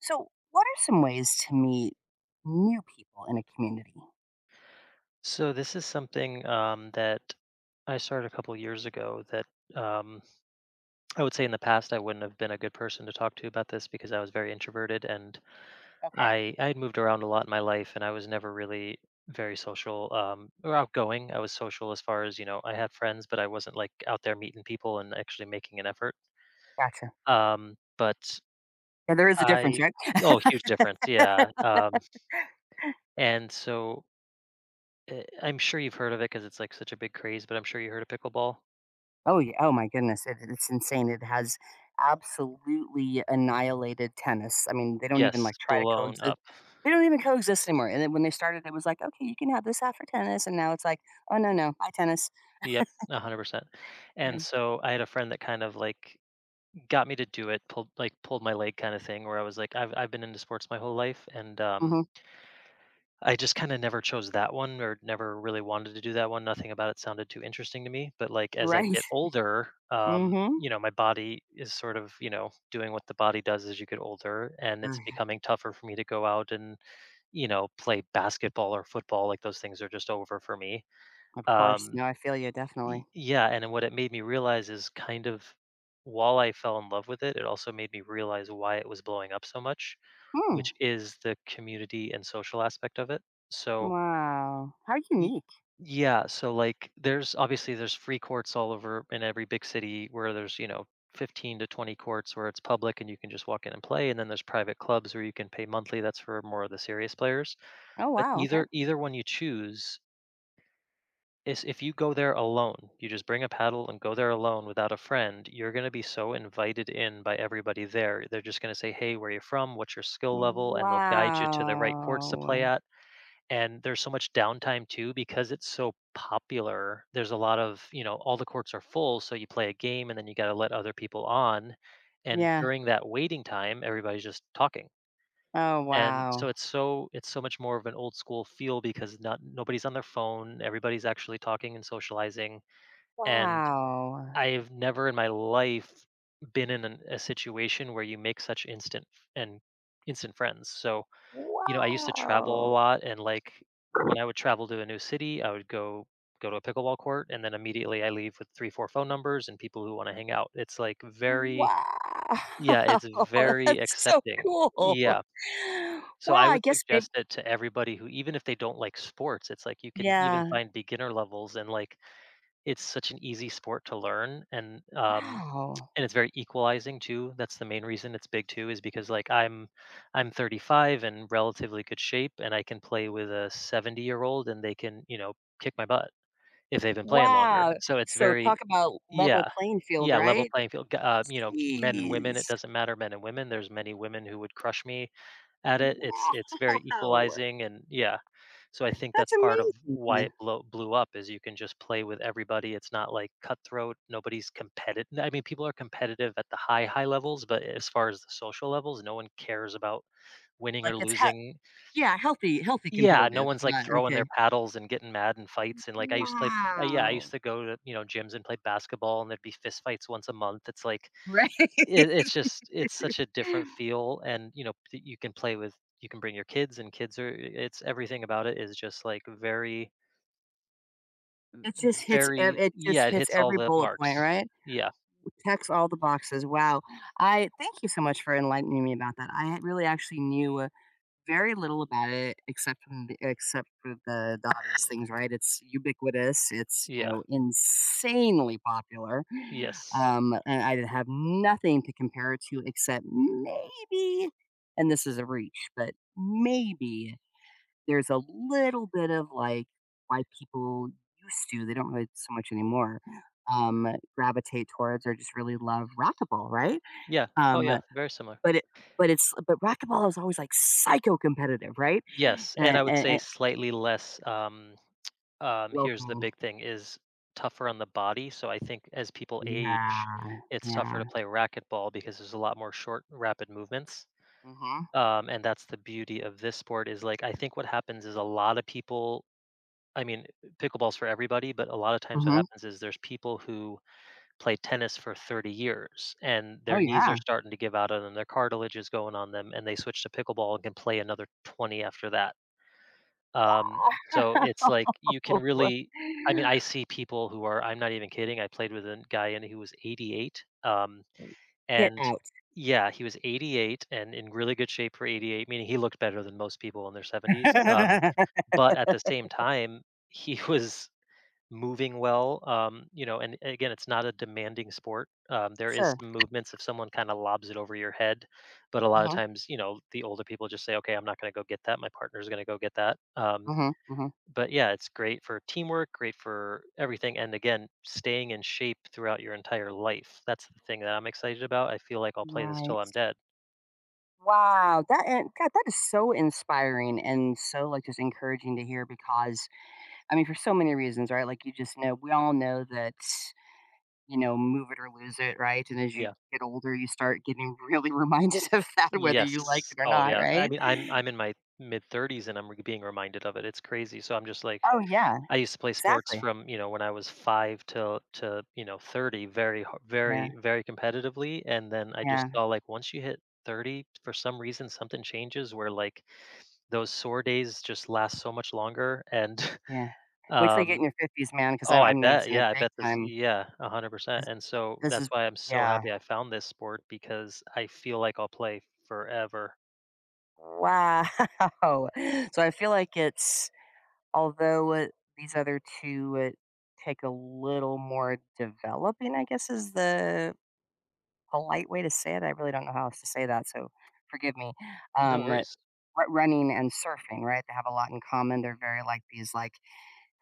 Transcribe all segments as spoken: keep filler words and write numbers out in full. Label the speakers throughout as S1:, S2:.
S1: So, what are some ways to meet new people in a community?
S2: So this is something um, that I started a couple years ago that um, I would say in the past I wouldn't have been a good person to talk to about this because I was very introverted and
S1: Okay.
S2: I I had moved around a lot in my life and I was never really very social um, or outgoing. I was social as far as you know I had friends, but I wasn't like out there meeting people and actually making an effort.
S1: Gotcha.
S2: Um, but
S1: Yeah, there is a difference,
S2: I
S1: right?
S2: Oh, huge difference, yeah, um, and so. eh, I'm sure you've heard of it because it's like such a big craze, but I'm sure you heard of pickleball.
S1: Oh, yeah. Oh, my goodness. It, it's insane. It has absolutely annihilated tennis. I mean, they don't even
S2: Yes,
S1: like try to
S2: blown
S1: coexist.
S2: up.
S1: They don't even coexist anymore. And then when they started, it was like, okay, you can have this half for tennis. And now it's like, oh, no, no, bye, tennis.
S2: Yep, one hundred percent.
S1: Yeah.
S2: And so I had a friend that kind of like got me to do it, pulled like pulled my leg kind of thing where I was like I've I've been into sports my whole life and um
S1: hmm
S2: I just kind of never chose that one or never really wanted to do that one. Nothing about it sounded too interesting to me, but like as I
S1: Right.
S2: get older, um
S1: hmm
S2: you know, my body is sort of, you know, doing what the body does as you get older and
S1: Oh
S2: it's
S1: yeah.
S2: becoming tougher for me to go out and, you know, play basketball or football. Like those things are just over for me.
S1: Of course.
S2: Um
S1: No, I feel you.
S2: Y-
S1: Definitely.
S2: yeah, and then what it made me realize is kind of while I fell in love with it, it also made me realize why it was blowing up so much, which
S1: Hmm.
S2: is the community and social aspect of it. so
S1: Wow. How
S2: y-
S1: unique.
S2: yeah, so like there's obviously there's free courts all over in every big city where there's you know fifteen to twenty courts where it's public and you can just walk in and play, and then there's private clubs where you can pay monthly. That's for more of the serious players.
S1: Oh,
S2: But
S1: wow. Okay.
S2: either either one you choose is if you go there alone, you just bring a paddle and go there alone without a friend, you're going to be so invited in by everybody there. They're just going to say, "Hey, where are you from? What's your skill level?" And they'll guide you to the right courts to play
S1: Wow.
S2: at. And there's so much downtime too because it's so popular. There's a lot of, you know, all the courts are full, so you play a game and then you got to let other people on. And
S1: Yeah.
S2: during that waiting time, everybody's just talking.
S1: Oh,
S2: And so
S1: wow.
S2: it's so it's so much more of an old school feel because not nobody's on their phone, everybody's actually talking and socializing. And
S1: Wow.
S2: I've never in my life been in an, a situation where you make such instant and instant friends. So, you know, I used to travel a
S1: Wow.
S2: lot and like when I would travel to a new city, I would go go to a pickleball court and then immediately I leave with three four phone numbers and people who want to hang out. It's like very
S1: Wow.
S2: Yeah, it's very
S1: That's so
S2: accepting.
S1: cool.
S2: Yeah, so
S1: Wow,
S2: I
S1: I
S2: would
S1: guess maybe.
S2: suggest it to everybody, who even if they don't like sports, it's like you can even
S1: Yeah.
S2: find beginner levels, and like it's such an easy sport to learn, and um
S1: Wow.
S2: and it's very equalizing too. That's the main reason it's big too, is because like I'm I'm thirty-five and relatively good shape and I can play with a seventy year old and they can, you know, kick my butt if they've been playing longer.
S1: Wow.
S2: So it's
S1: So talk
S2: very
S1: about level
S2: yeah.
S1: playing field,
S2: Yeah, level
S1: right?
S2: playing field. G- Uh, you know, men and women, it
S1: Jeez.
S2: doesn't matter, men and women. There's many women who would crush me at it. It's it's very
S1: Wow.
S2: equalizing, and yeah. So I think that's
S1: That's
S2: part of why
S1: amazing.
S2: it blow, blew up, is you can just play with everybody. It's not like cutthroat. Nobody's competitive. I mean, people are competitive at the high high levels, but as far as the social levels, no one cares about winning
S1: Like
S2: or
S1: it's hea
S2: losing.
S1: Yeah, healthy healthy
S2: Yeah, no
S1: competitive.
S2: one's like
S1: Yeah,
S2: throwing their
S1: okay.
S2: paddles and getting mad and fights. And like I used to play uh, yeah, I used
S1: Wow.
S2: to go to, you know, gyms and play basketball and there'd be fist fights once a month. It's like
S1: Right?
S2: it it's just it's such a different feel. And, you know, p you can play with, you can bring your kids, and kids are, it's everything about it is just, like, very
S1: It just hits ev
S2: very
S1: it just
S2: yeah, it
S1: hits
S2: hits all
S1: every
S2: the
S1: bullet point,
S2: marks.
S1: right?
S2: Yeah,
S1: Checks all the boxes. Wow. I thank you so much for enlightening me about that. I really actually knew uh, very little about it except from the, except for the, the obvious things, right? It's ubiquitous. It's, you
S2: yeah,
S1: know, insanely popular.
S2: yes.
S1: Um, and I have nothing to compare it to except maybe, and this is a reach, but maybe there's a little bit of, like, why people used to- they don't really so much anymore- um, gravitate towards or just really love racquetball, right?
S2: Yeah. Oh,
S1: Um,
S2: yeah, very similar.
S1: but it but it's but racquetball is always, like, psycho competitive, right?
S2: Yes, and
S1: And
S2: I would
S1: and
S2: say
S1: and
S2: slightly less, um, um, here's the
S1: welcoming.
S2: big thing, is tougher on the body, so I think as people age,
S1: Yeah,
S2: it's tougher to
S1: yeah.
S2: play racquetball because there's a lot more short, rapid movements.
S1: Mhm,
S2: Um, and that's the beauty of this sport, is like I think what happens is a lot of people i mean Pickleball's for everybody, but a lot of times what
S1: mhm.
S2: happens is there's people who play tennis for thirty years and
S1: Oh,
S2: their knees are
S1: yeah.
S2: starting to give out on them, their cartilage is going on them, and they switch to pickleball and can play another twenty after that. um, so it's like you can
S1: Wow.
S2: really i mean I see people who are, I'm not even kidding, I played with a guy and he was eighty-eight, um,
S1: Get
S2: and
S1: out.
S2: yeah, he was eighty-eight and in really good shape for eighty-eight, meaning he looked better than most people in their seventies. Um, but at the same time, he was moving well. Um, you know, and again, it's not a demanding sport. Um, there is
S1: Sure.
S2: some movements if someone kind of lobs it over your head, but a lot of
S1: Mhm,
S2: times, you know, the older people just say, "Okay, I'm not going to go get that. My partner's going to go get that." Um,
S1: mhm, mhm.
S2: but yeah, it's great for teamwork, great for everything. And again, staying in shape throughout your entire life. That's the thing that I'm excited about. I feel like I'll play this till
S1: Right.
S2: I'm dead.
S1: Wow, that and God, that is so inspiring and so like just encouraging to hear because I mean for so many reasons, right? Like you just know we all know that you know move it or lose it, right? And as you
S2: Yeah.
S1: get older, you start getting really reminded of that, whether you like
S2: Yes.
S1: it or
S2: Oh
S1: not,
S2: yeah. I
S1: right?
S2: mean, I'm I'm in my mid thirties and I'm re- being reminded of it. It's crazy. So I'm just like
S1: Oh yeah,
S2: I used to play sports
S1: exactly.
S2: from, you know, when I was five to to, you know, thirty very h-
S1: Yeah,
S2: very very competitively, and then I just
S1: yeah,
S2: saw like once you hit thirty for some reason something changes where like those sore days just last so much longer, and
S1: yeah. Wait till you get in
S2: Um,
S1: your fifties, man, because
S2: oh, I
S1: I'm
S2: bet,
S1: noticing it
S2: yeah, I
S1: big
S2: bet this
S1: time.
S2: yeah, one hundred percent,
S1: This,
S2: and so
S1: this
S2: that's
S1: is
S2: why I'm so
S1: Yeah.
S2: happy I found this sport because I feel like I'll play forever.
S1: Wow. So I feel like it's Although, uh, these other two, uh, take a little more developing, I guess, is the polite way to say it. I really don't know how else to say that, so forgive me.
S2: No
S1: Um, r
S2: worries.
S1: Running and surfing, right? They have a lot in common. They're very like these, like,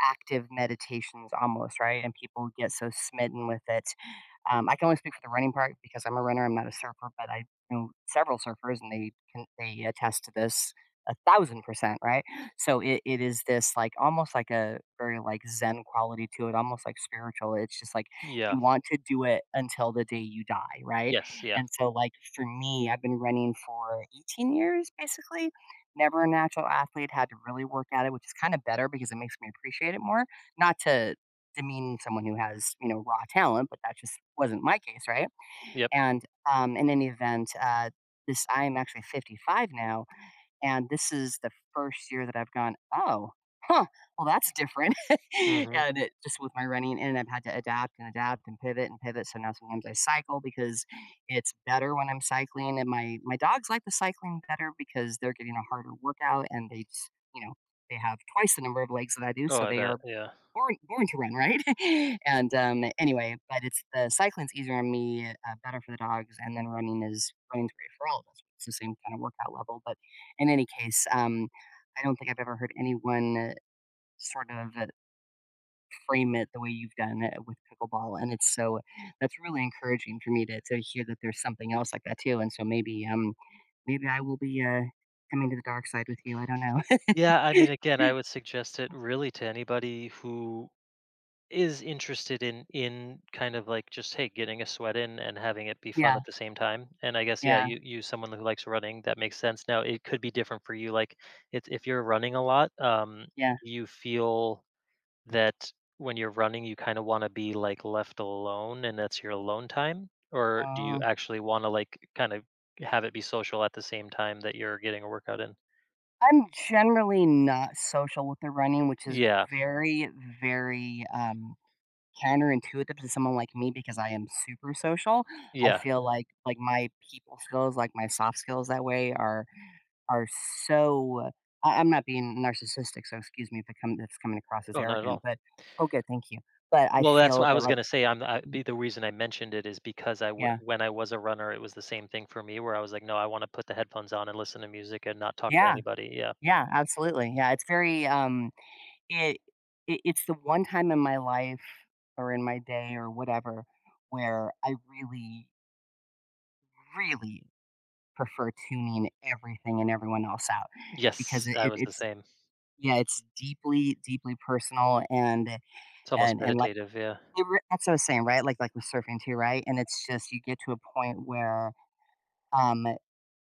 S1: active meditations almost, right? And people get so smitten with it. Um, I can only speak for the running part because I'm a runner. I'm not a surfer, but I know several surfers, and they can they attest to this a thousand percent, right? So it, it is this like almost like a very like Zen quality to it, almost like spiritual. It's just like
S2: Yeah.
S1: you want to do it until the day you die, right?
S2: Yes, yeah.
S1: And so like for me, I've been running for eighteen years basically. Never a natural athlete, had to really work at it, which is kinda better because it makes me appreciate it more. Not to demean someone who has, you know, raw talent, but that just wasn't my case, right?
S2: Yep.
S1: And, um, in any event, uh, this I am actually fifty-five now, and this is the first year that I've gone, "Oh, huh, well, that's different."
S2: Mhm.
S1: And it just with my running and I've had to adapt and adapt and pivot and pivot, so now sometimes I cycle because it's better when I'm cycling, and my my dogs like the cycling better because they're getting a harder workout, and they just you know, they have twice the number of legs that I do,
S2: Oh,
S1: so
S2: I
S1: they
S2: bet,
S1: are
S2: yeah.
S1: born born to run, right? And, um, anyway, but it's the cycling's easier on me, uh, better for the dogs, and then running is running's great for all of us. It's the same kind of workout level, but in any case, um, I don't think I've ever heard anyone uh, sort of uh, frame it the way you've done it with pickleball, and it's so that's really encouraging for me to to hear that there's something else like that too, and so maybe, um, maybe I will be, uh, coming to the dark side with you, I don't know.
S2: Yeah, I mean, again, I would suggest it really to anybody who is interested in in kind of like just hey, getting a sweat in and having it be fun
S1: Yeah,
S2: at the same time. And I guess yeah,
S1: yeah,
S2: you you someone who likes running, that makes sense now. It could be different for you. Like it's if you're running a lot, um
S1: yeah.
S2: do you feel that when you're running you kind of want to be like left alone and that's your alone time, or do you
S1: Aw.
S2: actually want to like kind of have it be social at the same time that you're getting a workout in?
S1: I'm generally not social with the running, which is
S2: Yeah.
S1: very, very um, counterintuitive to someone like me because I am super social. I
S2: Yeah.
S1: feel like like my people skills, like my soft skills, that way are are so. I, I'm not being narcissistic, so excuse me if it come, if it's coming across as
S2: Oh, not at
S1: arrogant,
S2: all.
S1: but oh, good, thank you. But I
S2: Well, that's
S1: feel
S2: what I
S1: that
S2: was
S1: like
S2: gonna say, I'm I be the reason I mentioned it is because I w
S1: yeah,
S2: when I was a runner, it was the same thing for me where I was like, "No, I wanna put the headphones on and listen to music and not talk to
S1: yeah,
S2: anybody." Yeah.
S1: yeah, absolutely, yeah. It's very um. It it it's the one time in my life or in my day or whatever where I really, really prefer tuning everything and everyone else out because
S2: Yes,
S1: it,
S2: I
S1: it
S2: was the
S1: it's
S2: same.
S1: yeah, it's deeply, deeply personal and
S2: It's almost
S1: and and like
S2: meditative, yeah.
S1: it, re- that's what I was saying, right? Like like with surfing too, right? And it's just you get to a point where um,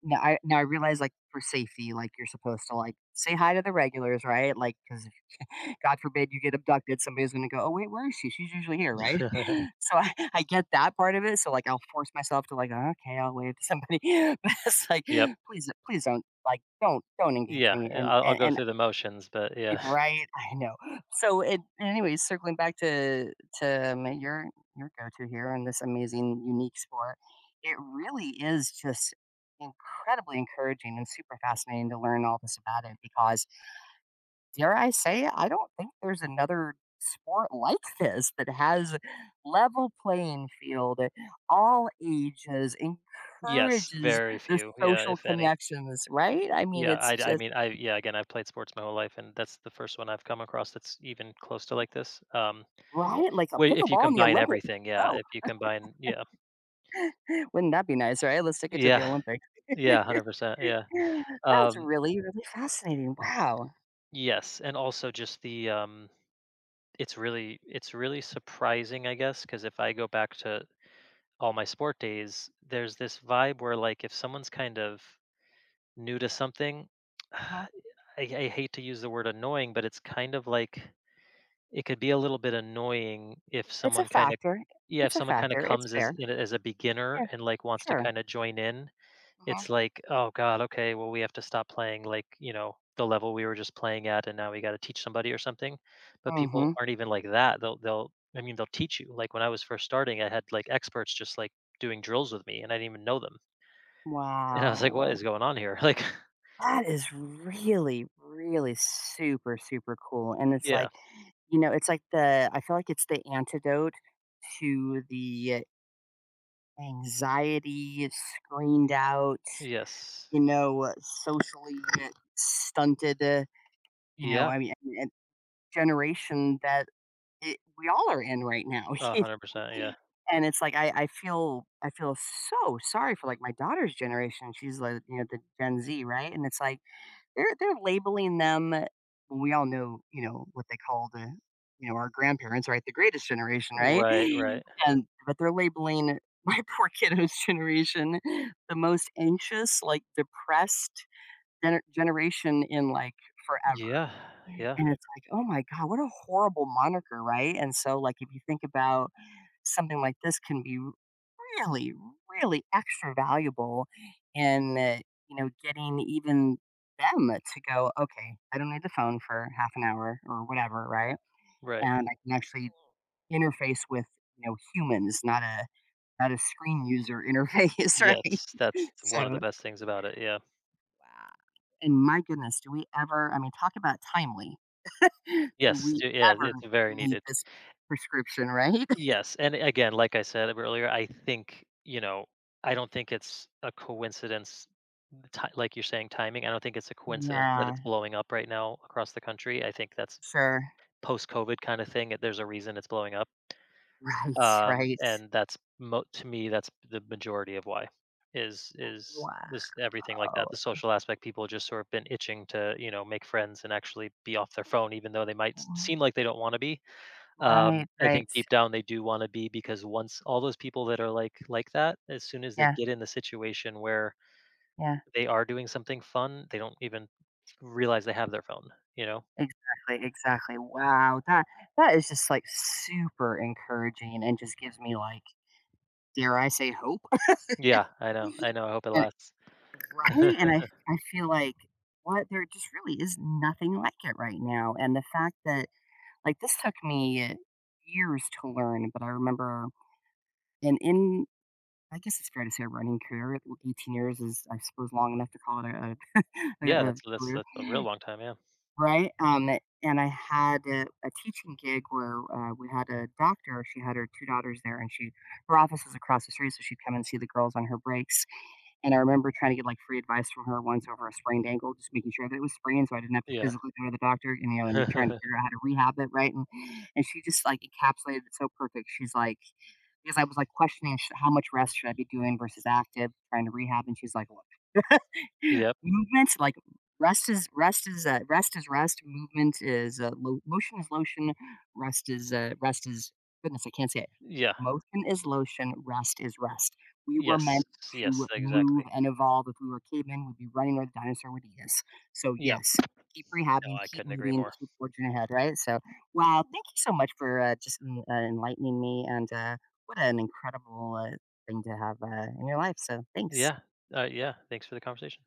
S1: now I now I realize, like, for safety, like, you're supposed to, like, say hi to the regulars, right? Like, because God forbid you get abducted, somebody's gonna go, "Oh, wait, where is she? She's usually here," right? So I I get that part of it, so, like, I'll force myself to, like, "Okay, I'll wave to somebody." But it's like,
S2: Yep.
S1: please please don't, like, don't don't engage
S2: Yeah,
S1: me
S2: yeah,
S1: and
S2: I'll I'll
S1: and
S2: go
S1: and
S2: through the motions, but yeah.
S1: Right, I know. So, it anyways, circling back to to, um, your your go-to here in this amazing, unique sport, it really is just incredibly encouraging and super fascinating to learn all this about it because, dare I say, I don't think there's another sport like this that has level playing field, all ages,
S2: Yes,
S1: encourages
S2: very
S1: the
S2: few, yeah,
S1: social
S2: if any.
S1: connections, right? I mean,
S2: Yeah,
S1: it's
S2: I I
S1: just
S2: mean, I yeah, again, I've played sports my whole life, and that's the first one I've come across that's even close to like this, um,
S1: right? Like a
S2: where if you
S1: pickleball in the
S2: combine
S1: Olympics.
S2: everything, yeah,
S1: No.
S2: if you combine yeah.
S1: Wouldn't that be nice, right? Let's take it to the
S2: Yeah.
S1: Olympics.
S2: Yeah, one hundred percent, yeah.
S1: That's
S2: Um,
S1: really, really fascinating. Wow.
S2: yes, and also just the, um it's really it's really surprising, I guess, because if I go back to all my sport days, there's this vibe where, like, if someone's kind of new to something, I
S1: Uh-huh.
S2: I hate to use the word annoying, but it's kind of like it could be a little bit annoying if
S1: It's a
S2: someone kinda,
S1: factor.
S2: yeah, if
S1: It's a
S2: someone kinda
S1: factor. It's
S2: comes as,
S1: fair.
S2: you know, as a beginner
S1: Yeah,
S2: and, like, wants to
S1: sure.
S2: kinda join in.
S1: Mhm.
S2: It's like, "Oh god, okay, well, we have to stop playing, like, you know, the level we were just playing at, and now we gotta teach somebody or something." But people
S1: Mhm.
S2: aren't even like that. They'll they'll I mean, they'll teach you. Like, when I was first starting, I had, like, experts just, like, doing drills with me, and I didn't even know them. And I was like, "What
S1: Wow.
S2: is going on here?" Like
S1: That is really, really super, super cool. And it's
S2: yeah.
S1: like, you know, it's like the, I feel like it's the antidote to the anxiety, screened out,
S2: Yes.
S1: you know, socially stunted. uh, you know,
S2: Yeah.
S1: I mean, generation that it, we all are in right now. You
S2: one hundred percent,
S1: know?
S2: yeah.
S1: And it's like I, I feel I feel so sorry for like my daughter's generation. She's like you know the Gen Z, right? And it's like they're they're labeling them. We all know you know what they call the you know our grandparents, right? The greatest generation, right?
S2: Right, right.
S1: And but they're labeling my poor kiddo's generation the most anxious, like depressed gener- generation in like forever,
S2: Yeah, yeah.
S1: and it's like, "Oh my god, what a horrible moniker," right? And so, like, if you think about something like this can be really, really extra valuable in, uh, you know, getting even them to go, "Okay, I don't need the phone for half an hour or whatever," right?
S2: Right.
S1: And I can actually interface with, you know, humans, not a not a screen user interface, right?
S2: Yes, that's one of the
S1: So
S2: best things about it, yeah.
S1: wow. And my goodness, do we ever I mean, talk about timely. Do
S2: Yes,
S1: we
S2: d Yeah,
S1: ever
S2: it's very
S1: need
S2: needed.
S1: this prescription, right?
S2: Yes, and again, like I said earlier, I think, you know, I don't think it's a coincidence, ti like you're saying, timing. I don't think it's a coincidence that
S1: Yeah,
S2: it's blowing up right now across the country. I think that's
S1: sure.
S2: post-COVID kind of thing. There's a reason it's blowing up,
S1: Right,
S2: um,
S1: right.
S2: and that's mo to me, that's the majority of why is is this
S1: Wow.
S2: everything like that. The social aspect, people just sort of been itching to, you know, make friends and actually be off their phone, even though they might s seem like they don't wanna be. Um,
S1: Right,
S2: I think
S1: right.
S2: deep down they do wanna be, because once all those people that are like like that, as soon as they
S1: Yeah,
S2: get in the situation where
S1: yeah.
S2: they are doing something fun, they don't even realize they have their phone, you know?
S1: Exactly, exactly. Wow, that that is just, like, super encouraging and just gives me, like, dare I say hope?
S2: Yeah, I know, I know, I hope it
S1: And
S2: lasts.
S1: right? And I I feel like, what? There just really is nothing like it right now, and the fact that like, this took me years to learn, but I remember And in I guess it's fair to say a running career, eighteen years is, I suppose, long enough to call it a a
S2: Yeah,
S1: a
S2: that's that's
S1: career,
S2: that's a real long time, yeah.
S1: right? Um, and I had a a teaching gig where, uh, we had a doctor, she had her two daughters there, and she her office was across the street, so she'd come and see the girls on her breaks, and I remember trying to get, like, free advice from her once over a sprained ankle, just making sure that it was sprained so I didn't have to
S2: Yeah.
S1: physically go to the doctor, and, you know, and trying to figure out how to rehab it, right? And and she just, like, encapsulated it so perfect, she's like because I was, like, questioning sh how much rest should I be doing versus active, trying to rehab, and she's like, "Look,
S2: Yep.
S1: Movements, like, rest is rest is, uh rest is rest, movement is, uh, lo motion is lotion, rest is, uh rest is goodness, I can't say it.
S2: Yeah.
S1: Motion is lotion, rest is rest. We were
S2: Yes,
S1: meant to
S2: yes,
S1: move
S2: exactly.
S1: and evolve. If we were cavemen, we'd be running where the dinosaur would eat us. So,
S2: Yep.
S1: yes, keep
S2: No,
S1: rehabbing,
S2: I
S1: keep
S2: couldn't agree
S1: moving,
S2: more.
S1: keep forging ahead, right? So, wow, thank you so much for, uh, just en uh, enlightening me, and, uh, what an incredible, uh, thing to have, uh, in your life, so thanks.
S2: Yeah, uh, yeah, thanks for the conversation.